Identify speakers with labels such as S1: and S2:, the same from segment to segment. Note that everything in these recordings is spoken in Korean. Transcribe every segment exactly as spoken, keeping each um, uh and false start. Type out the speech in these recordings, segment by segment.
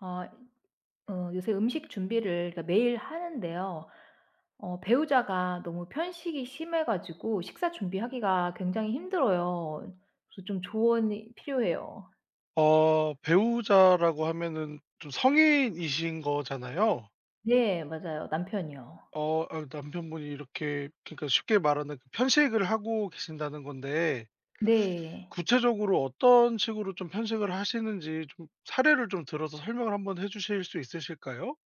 S1: 아 어 어, 요새 음식 준비를 그러니까 매일 하는데요. 어 배우자가 너무 편식이 심해 가지고 식사 준비하기가 굉장히 힘들어요. 그래서 좀 조언이 필요해요.
S2: 어 배우자라고 하면은 좀 성인이신 거잖아요.
S1: 네 맞아요. 남편이요.
S2: 어 아 남편분이 이렇게 그러니까 쉽게 말하는 그 편식을 하고 계신다는 건데,
S1: 네.
S2: 구체적으로 어떤 식으로 좀 편식을 하시는지 좀 사례를 좀 들어서 설명을 한번 해 주실 수 있으실까요?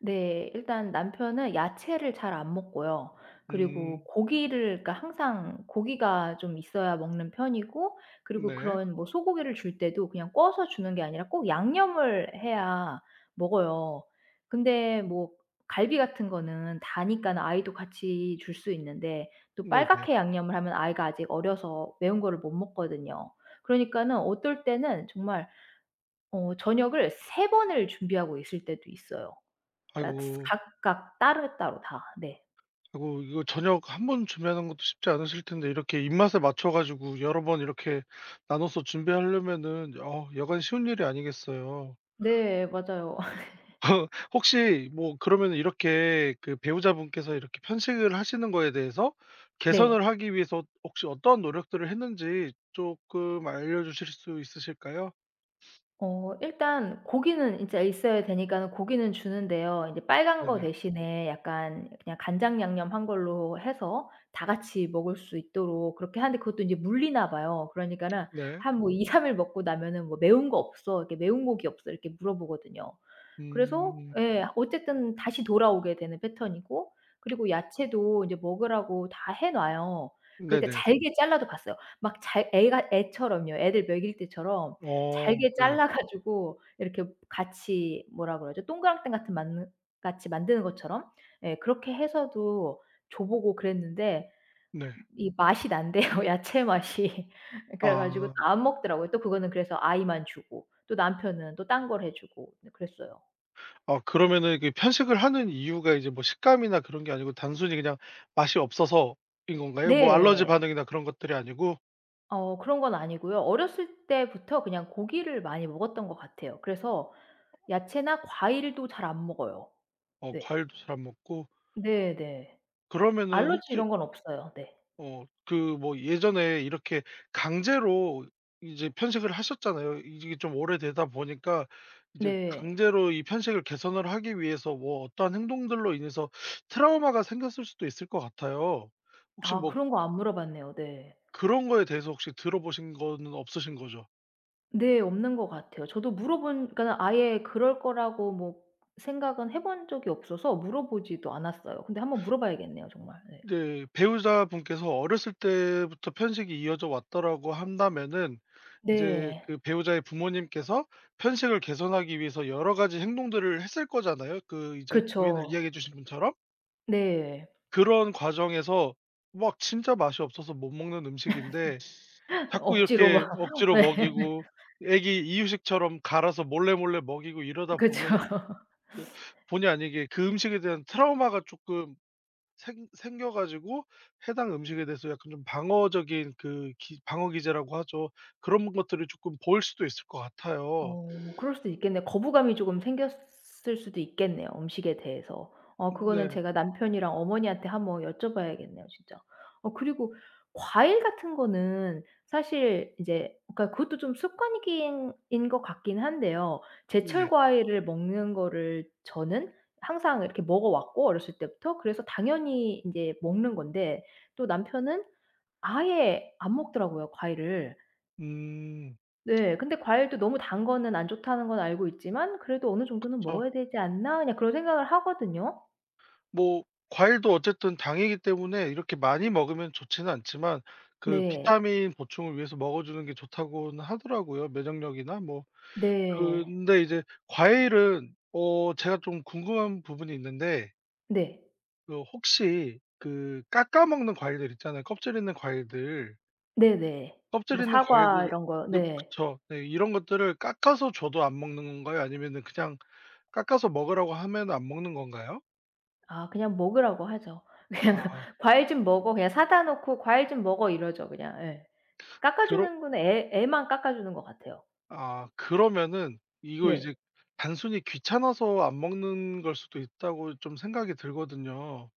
S1: 네. 일단 남편은 야채를 잘 안 먹고요.
S2: 음,
S1: 그리고 고기를 그러니까 항상 고기가 좀 있어야 먹는 편이고 그리고
S2: 네.
S1: 그런 뭐 소고기를 줄 때도 그냥 구워서 주는 게 아니라 꼭 양념을 해야 먹어요. 근데 뭐 갈비 같은 거는 다니까는 아이도 같이 줄 수 있는데 또
S2: 네네.
S1: 빨갛게 양념을 하면 아이가 아직 어려서 매운 거를 못 먹거든요. 그러니까는 어떨 때는 정말 어 저녁을 세 번을 준비하고 있을 때도 있어요. 그러니까
S2: 아이고.
S1: 각각 따로따로 다. 네.
S2: 아이고, 이거 저녁 한번 준비하는 것도 쉽지 않으실 텐데 이렇게 입맛에 맞춰 가지고 여러 번 이렇게 나눠서 준비하려면은 어 여간 쉬운 일이 아니겠어요.
S1: 네 맞아요.
S2: 혹시 뭐 그러면 이렇게 그 배우자분께서 이렇게 편식을 하시는 거에 대해서 개선을
S1: 네.
S2: 하기 위해서 혹시 어떤 노력들을 했는지 조금 알려주실 수 있으실까요?
S1: 어 일단 고기는 진짜 있어야 되니까는 고기는 주는데요. 인제 빨간 거
S2: 네네.
S1: 대신에 약간 그냥 간장 양념 한 걸로 해서 다 같이 먹을 수 있도록 그렇게 하는데 그것도 인제 물리나 봐요. 그러니까는
S2: 네.
S1: 한 뭐 이삼 일 먹고 나면은 뭐 "매운 거 없어?" 이렇게 "매운 고기 없어?" 이렇게 물어보거든요. 그래서
S2: 음.
S1: 예 어쨌든 다시 돌아오게 되는 패턴이고 그리고 야채도 인제 먹으라고 다 해 놔요. 그러니까
S2: 네네.
S1: 잘게 잘라도 봤어요. 막 잘 애가 애처럼요. 애들 먹일 때처럼
S2: 어,
S1: 잘게
S2: 네.
S1: 잘라 가지고 이렇게 같이 뭐라 그러죠? 동그랑땡 같은 만 같이 만드는 것처럼 예 그렇게 해서도 줘 보고 그랬는데
S2: 네.
S1: 이 맛이 난대요, 야채 맛이. 그래 가지고 또
S2: 아.
S1: 안 먹더라고요. 또 그거는 그래서 아이만 주고 또 남편은 또 딴 걸 해 주고 네 그랬어요.
S2: 아, 그러면은 그 편식을 하는 이유가 이제 뭐 식감이나 그런 게 아니고 단순히 그냥 맛이 없어서인 건가요? 뭐 알러지
S1: 네.
S2: 반응이나 그런 것들이 아니고.
S1: 어 그런 건 아니고요. 어렸을 때부터 그냥 고기를 많이 먹었던 것 같아요. 그래서 야채나 과일도 잘 안 먹어요.
S2: 어
S1: 네.
S2: 과일도 잘 안 먹고.
S1: 네네.
S2: 그러면은
S1: 알러지
S2: 혹시.
S1: 이런 건 없어요. 네.
S2: 어 그 뭐 예전에 이렇게 강제로 이제 편식을 하셨잖아요. 이게 좀 오래되다 보니까 이제
S1: 네.
S2: 강제로 이 편식을 개선을 하기 위해서 뭐 어떠한 행동들로 인해서 트라우마가 생겼을 수도 있을 것 같아요. 혹시
S1: 아
S2: 뭐
S1: 그런 거 안 물어봤네요. 네.
S2: 그런 거에 대해서 혹시 들어보신 거는 없으신 거죠?
S1: 네 없는 것 같아요. 저도 물어본 그러니까는 아예 그럴 거라고 뭐 생각은 해본 적이 없어서 물어보지도 않았어요. 근데 한번 물어봐야겠네요 정말. 네.
S2: 네. 배우자분께서 어렸을 때부터 편식이 이어져 왔다라고 한다면은 이제
S1: 네.
S2: 그 배우자의 부모님께서 편식을 개선하기 위해서 여러 가지 행동들을 했을 거잖아요. 그 이제 고민을
S1: 그쵸.
S2: 이야기해 주신 분처럼.
S1: 네.
S2: 그런 과정에서 막 진짜 맛이 없어서 못 먹는 음식인데 자꾸
S1: 억지로 막
S2: 이렇게 억지로
S1: 네.
S2: 먹이고, 애기 이유식처럼 갈아서 몰래몰래 먹이고 이러다
S1: 그쵸.
S2: 보면 또 본의 아니게 그 음식에 대한 트라우마가 조금 생 생겨 가지고, 해당 음식에 대해서 약간 좀 방어적인, 그 기 방어 기제라고 하죠. 그런 것들을 조금 보일 수도 있을 것 같아요.
S1: 어 그럴 수도 있겠네요. 거부감이 조금 생겼을 수도 있겠네요, 음식에 대해서. 어 그거는
S2: 네.
S1: 제가 남편이랑 어머니한테 한번 여쭤봐야겠네요, 진짜. 어 그리고 과일 같은 거는 사실 이제 그러니까 그것도 좀 습관이긴 인 것 같긴 한데요.
S2: 네.
S1: 제철 과일을 먹는 거를 저는 항상 이렇게 먹어 왔고 어렸을 때부터 그래서 당연히 인제 먹는 건데 또 남편은 아예 안 먹더라고요, 과일을.
S2: 음.
S1: 네. 근데 과일도 너무 단 거는 안 좋다는 건 알고 있지만 그래도 '어느 정도는
S2: 저,
S1: 먹어야 되지 않나?' 그냥 그런 생각을 하거든요.
S2: 뭐 과일도 어쨌든 당이기 때문에 이렇게 많이 먹으면 좋지는 않지만, 그
S1: 네.
S2: 비타민 보충을 위해서 먹어 주는 게 좋다고는 하더라고요, 면역력이나 뭐.
S1: 네.
S2: 근데 이제 과일은, 어 제가 좀 궁금한 부분이 있는데,
S1: 네.
S2: 그 혹시 그 깎아 먹는 과일들 있잖아요, 껍질 있는 과일들.
S1: 네네.
S2: 껍질
S1: 뭐
S2: 있는 과일
S1: 사과
S2: 들
S1: 이런 거
S2: 네,
S1: 네.
S2: 그쵸. 네. 이런 것들을 깎아서 줘도 안 먹는 건가요? 아니면은 그냥 깎아서 먹으라고 하면 안 먹는 건가요?
S1: 아 그냥 먹으라고 하죠. 그냥
S2: 아,
S1: "과일 좀 먹어." 그냥 사다 놓고 "과일 좀 먹어." 이러죠 그냥. 예. 깎아
S2: 그러
S1: 주는 거는 애 애만 깎아 주는 것 같아요.
S2: 아, 그러면은 이거 이제
S1: 네.
S2: 단순히 귀찮아서 안 먹는 걸 수도 있다고 좀 생각이 들거든요.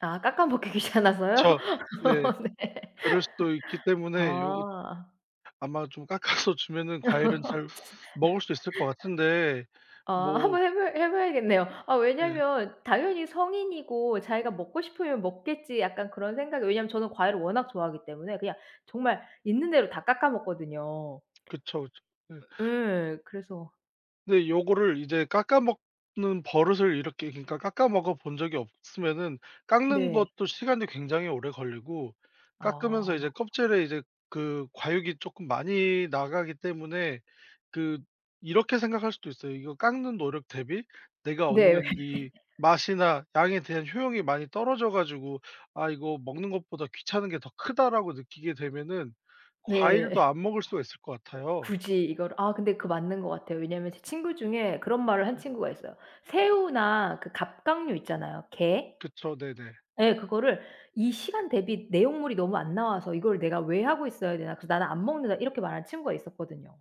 S1: 아 깎아 먹기 귀찮아서요?
S2: 그. 네.
S1: 네.
S2: 그럴 수도 있기 때문에 요거,
S1: 아.
S2: 아마 좀 깎아서 주면은 과일은 잘 먹을 수 있을 것 같은데.
S1: 아
S2: 뭐
S1: 한번 해 봐야 해 봐야겠네요. 아
S2: 네.
S1: 왜냐면 당연히 성인이고 자기가 먹고 싶으면 먹겠지 약간 그런 생각이 왜냐면 저는 과일을 워낙 좋아하기 때문에 그냥 정말 있는 대로 다 깎아 먹거든요.
S2: 그쵸, 그쵸. 네.
S1: 예. 그래서
S2: 근데 요거를 이제 깎아 먹는 버릇을 이렇게, 그러니까 깎아 먹어 본 적이 없으면은 깎는
S1: 네.
S2: 것도 시간이 굉장히 오래 걸리고, 깎으면서
S1: 아.
S2: 이제 껍질에 이제 그 과육이 쪼끔 많이 나가기 때문에, 그 이렇게 생각할 수도 있어요. '이거 깎는 노력 대비 내가
S1: 네.
S2: 얻는 이 맛이나 양에 대한 효용이 많이 떨어져 가지고, 아 이거 먹는 것보다 귀찮은 게 더 크다.'라고 느끼게 되면은 과일도
S1: 네.
S2: 안 먹을 수가 있을 것 같아요.
S1: 굳이 이걸 아 근데 그 맞는 것 같아요. 왜냐면 제 친구 중에 그런 말을 한 친구가 있어요. 새우나 그 갑각류 있잖아요. 게?
S2: 그쵸. 네네.
S1: 예. 그거를 이 시간 대비 내용물이 너무 안 나와서 '이걸 내가 왜 하고 있어야 되나. 그래서 나는 안 먹는다.' 이렇게 말하는 친구가 있었거든요.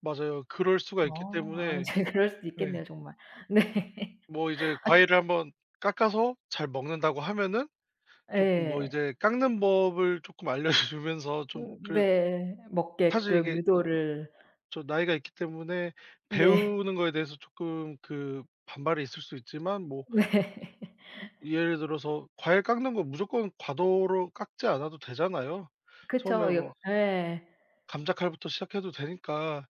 S2: 맞아요. 그럴 수가 있기
S1: 아. 아
S2: 때문에.
S1: 이제 그럴 수도
S2: 네.
S1: 있겠네요 정말. 네.
S2: 뭐 이제 과일을 한번 깎아서 잘 먹는다고 하면은
S1: 아
S2: 쪼끔 뭐
S1: 예.
S2: 이제 깎는 법을 쪼끔 알려주면서 좀
S1: 음
S2: 그,
S1: 네.
S2: 사실
S1: 먹게끔
S2: 이게 좀
S1: 유도를
S2: 저 나이가 있기 때문에
S1: 네.
S2: 배우는 거에 대해서 쪼끔 그 반발이 있을 수 있지만, 뭐
S1: 네.
S2: 예를 들어서 과일 깎는 거 무조건 과도로 깎지 않아도 되잖아요. 처음에
S1: 그쵸. 여
S2: 뭐
S1: 예.
S2: 감자칼부터 시작해도 되니까,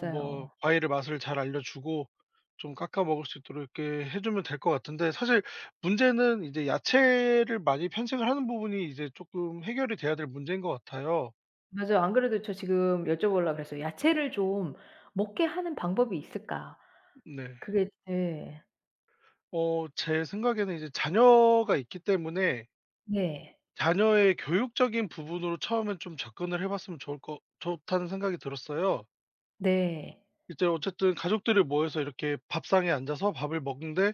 S2: 뭐 과일의 맛을 잘 알려주고 좀 깎아 먹을 수 있도록 이렇게 해주면 될 것 같은데, 사실 문제는 이제 야채를 많이 편식을 하는 부분이 이제 조금 해결이 돼야 될 문제인 것 같아요.
S1: 맞아요. 안 그래도 저 지금 여쭤보려고 그랬어요. '야채를 좀 먹게 하는 방법이 있을까?'
S2: 네.
S1: 그게 예.
S2: 어 제 생각에는 이제 자녀가 있기 때문에
S1: 네.
S2: 자녀의 교육적인 부분으로 처음엔 좀 접근을 해 봤으면 좋을 거 좋다는 생각이 들었어요.
S1: 네.
S2: 이제 어쨌든 가족들이 모여서 이렇게 밥상에 앉아서 밥을 먹는데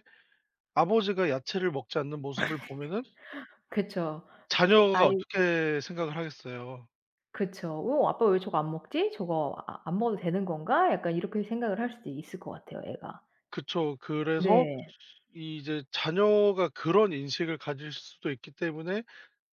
S2: 아버지가 야채를 먹지 않는 모습을 보면은
S1: 그쵸.
S2: 자녀가
S1: 아이
S2: 어떻게 생각을 하겠어요.
S1: 그쵸. '어 아빠 왜 저거 안 먹지? 저거 아 안 먹어도 되는 건가?' 약간 이렇게 생각을 할 수도 있을 것 같아요 애가.
S2: 그쵸. 그래서
S1: 네.
S2: 이제 자녀가 그런 인식을 가질 수도 있기 때문에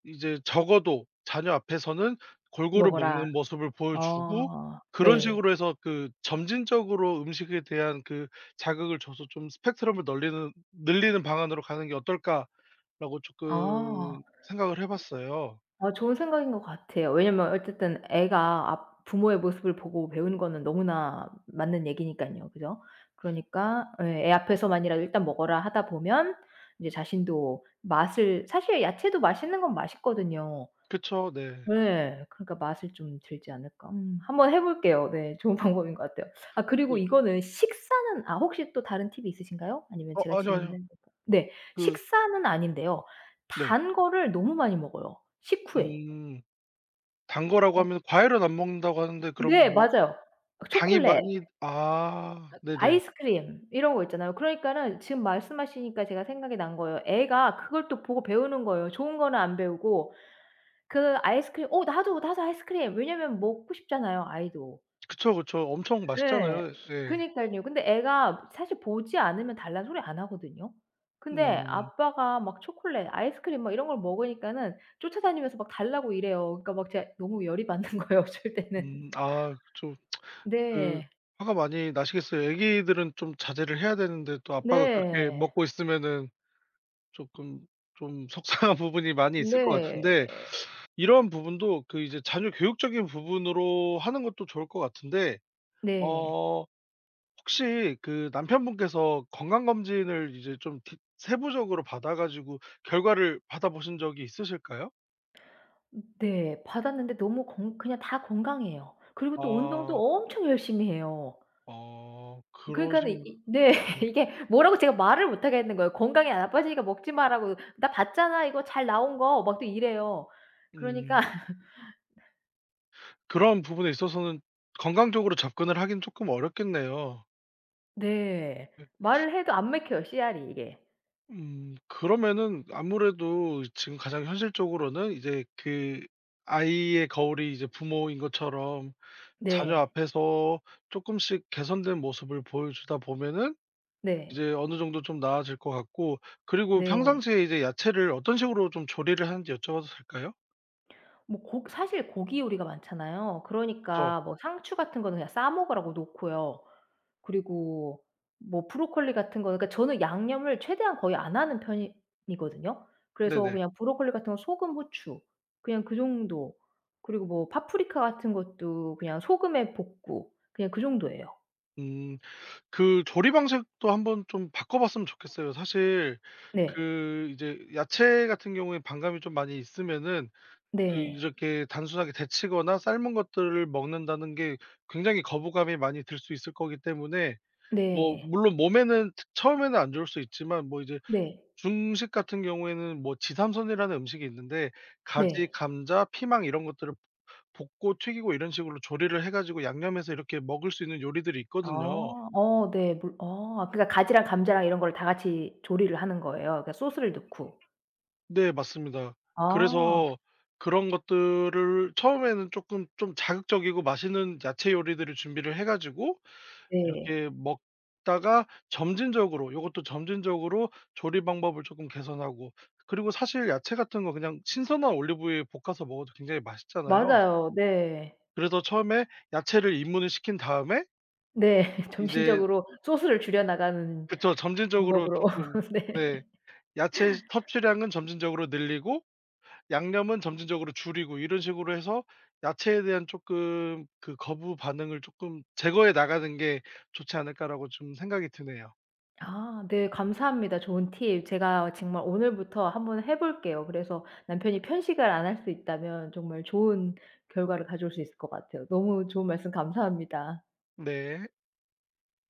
S2: 이제 적어도 자녀 앞에서는 골고루
S1: 먹어라.
S2: 먹는 모습을 보여주고,
S1: 어
S2: 그런
S1: 네.
S2: 식으로 해서 그 점진적으로 음식에 대한 그 자극을 줘서 좀 '스펙트럼을 널리는 늘리는 방안으로 가는 게 어떨까.'라고
S1: 아.
S2: 쪼끔 생각을 해 봤어요.
S1: 아 좋은 생각인 것 같아요. 왜냐면 어쨌든 애가 아 부모의 모습을 보고 배우는 거는 너무나 맞는 얘기니깐요. 그죠? 그러니까 예 애 앞에서만이라도 "일단 먹어라." 하다 보면 이제 자신도 맛을 사실 야채도 맛있는 건 맛있거든요.
S2: 그쵸. 네.
S1: 네. 그러니까 맛을 좀 들지 않을까. 음 한번 해 볼게요. 네. 좋은 방법인 것 같아요. 아 그리고
S2: 네.
S1: 이거는 식사는 아 혹시 또 다른 팁이 있으신가요? 아니면
S2: 어
S1: 제가
S2: 아니요, 아니요.
S1: 질문을 해도 될까요? 네.
S2: 그.
S1: 식사는 아닌데요.
S2: 네.
S1: 단 거를 너무 많이 먹어요, 식후에.
S2: 음. 단 거라고
S1: 어
S2: 하면 과일은 안 먹는다고 하는데, 그럼
S1: 네
S2: 뭐
S1: 맞아요.
S2: 당이
S1: 초콜릿,
S2: 많이. 아, 네네.
S1: 아이스크림 이런 거 있잖아요. 그러니까는 지금 말씀하시니까 제가 생각이 난 거예요. 애가 그걸 또 보고 배우는 거예요. 좋은 거는 안 배우고 그 아이스크림 "어 나도, 나도 아이스크림." 왜냐면 먹고 싶잖아요, 아이도.
S2: 그쵸, 그쵸. 엄청
S1: 네.
S2: 맛있잖아요. 예.
S1: 그니깐요. 근데 애가 사실 보지 않으면 달라는 소리 안 하거든요. 근데
S2: 음.
S1: 아빠가 막 초콜릿, 아이스크림 막 이런 걸 먹으니까는 쫓아다니면서 막 달라고 이래요. 그러니까 막 제가 너무 열이 받는 거예요 어쩔 때는.
S2: 음. 아, 좀 그,
S1: 네.
S2: 화가 많이 나시겠어요. 애기들은 좀 자제를 해야 되는데 또 아빠가 그렇게
S1: 네.
S2: 먹고 있으면은 쪼끔 좀 속상한 부분이 많이 있을 것
S1: 네.
S2: 같은데, 이런 부분도 그 이제 자녀 교육적인 부분으로 하는 것도 좋을 것 같은데,
S1: 네.
S2: 어 혹시 그 남편분께서 건강검진을 이제 좀 디 세부적으로 받아 가지고 결과를 받아보신 적이 있으실까요?
S1: 네. 받았는데 너무 건 그냥 다 건강해요. 그리고 또 운동도
S2: 아.
S1: 엄청 열심히 해요.
S2: 어
S1: 그러니까는
S2: 그러시면.
S1: 이 네.
S2: 네.
S1: 이게 뭐라고 제가 말을 못 하겠는 거예요. "건강에 나빠지니까 먹지 마라."고 "나 봤잖아. 이거 잘 나온 거." 막 또 이래요. 그러니까
S2: 음 그런 부분에 있어서는 건강적으로 접근을 하긴 조금 어렵겠네요.
S1: 네.
S2: 네.
S1: 말을 해도 안 먹혀요 씨알이 이게.
S2: 음 그러면은 아무래도 지금 가장 현실적으로는 이제 그 아이의 거울이 이제 부모인 것처럼 자녀
S1: 네.
S2: 앞에서 조금씩 개선된 모습을 보여주다 보면은
S1: 네.
S2: 이제 어느 정도 좀 나아질 것 같고, 그리고
S1: 네.
S2: 평상시에 이제 야채를 어떤 식으로 좀 조리를 하는지 여쭤봐도 될까요?
S1: 뭐 고 사실 고기 요리가 많잖아요.
S2: 저.
S1: 그러니까 뭐 상추 같은 거는 그냥 싸 먹으라고 놓고요. 그리고 뭐 브로콜리 같은 거는 그러니까 저는 양념을 최대한 거의 안 하는 편이거든요. 그래서
S2: 네네.
S1: 그냥 브로콜리 같은 거 소금, 후추 그냥 그 정도. 그리고 뭐 파프리카 같은 것도 그냥 소금에 볶고 그냥 그 정도예요.
S2: 음 그 조리 방식도 한번 좀 바꿔 봤으면 좋겠어요. 사실
S1: 네.
S2: 그 이제 야채 같은 경우에 반감이 좀 많이 있으면은 그
S1: 네.
S2: 이렇게 단순하게 데치거나 삶은 것들을 먹는다는 게 굉장히 거부감이 많이 들 수 있을 거기 때문에, 뭐
S1: 네.
S2: 물론 몸에는 처음에는 안 좋을 수 있지만 뭐 이제
S1: 네.
S2: 중식 같은 경우에는 뭐 지삼선이라는 음식이 있는데, 가지,
S1: 네.
S2: 감자, 피망 이런 것들을 볶고 튀기고 이런 식으로 조리를 해 가지고 양념해서 이렇게 먹을 수 있는 요리들이 있거든요.
S1: 아. 어 네. 물 어 그러니까 가지랑 감자랑 이런 걸 다 같이 조리를 하는 거예요. 그러니까 소스를 넣고.
S2: 네, 맞습니다.
S1: 아
S2: 그래서 그런 것들을 처음에는 쪼끔 좀 자극적이고 맛있는 야채 요리들을 준비를 해 가지고
S1: 네.
S2: 이렇게 먹다가, 점진적으로 요것도 점진적으로 조리 방법을 쪼끔 개선하고, 그리고 사실 야채 같은 거 그냥 신선한 올리브유에 볶아서 먹어도 굉장히 맛있잖아요.
S1: 맞아요. 네.
S2: 그래서 처음에 야채를 입문을 시킨 다음에
S1: 네.
S2: 이제.
S1: 점진적으로 소스를 줄여 나가는
S2: 그쵸. 점진적으로
S1: 방법으로.
S2: 쪼끔. 네.
S1: 네.
S2: 야채 섭취량은 점진적으로 늘리고 양념은 점진적으로 줄이고 이런 식으로 해서 야채에 대한 쪼끔 그 거부 반응을 쪼끔 제거해 나가는 게 좋지 않을까라고 좀 생각이 드네요.
S1: 아 네 감사합니다. 좋은 팁. 제가 정말 오늘부터 한번 해 볼게요. 그래서 남편이 편식을 안 할 수 있다면 정말 좋은 결과를 가져올 수 있을 것 같아요. 너무 좋은 말씀 감사합니다.
S2: 네.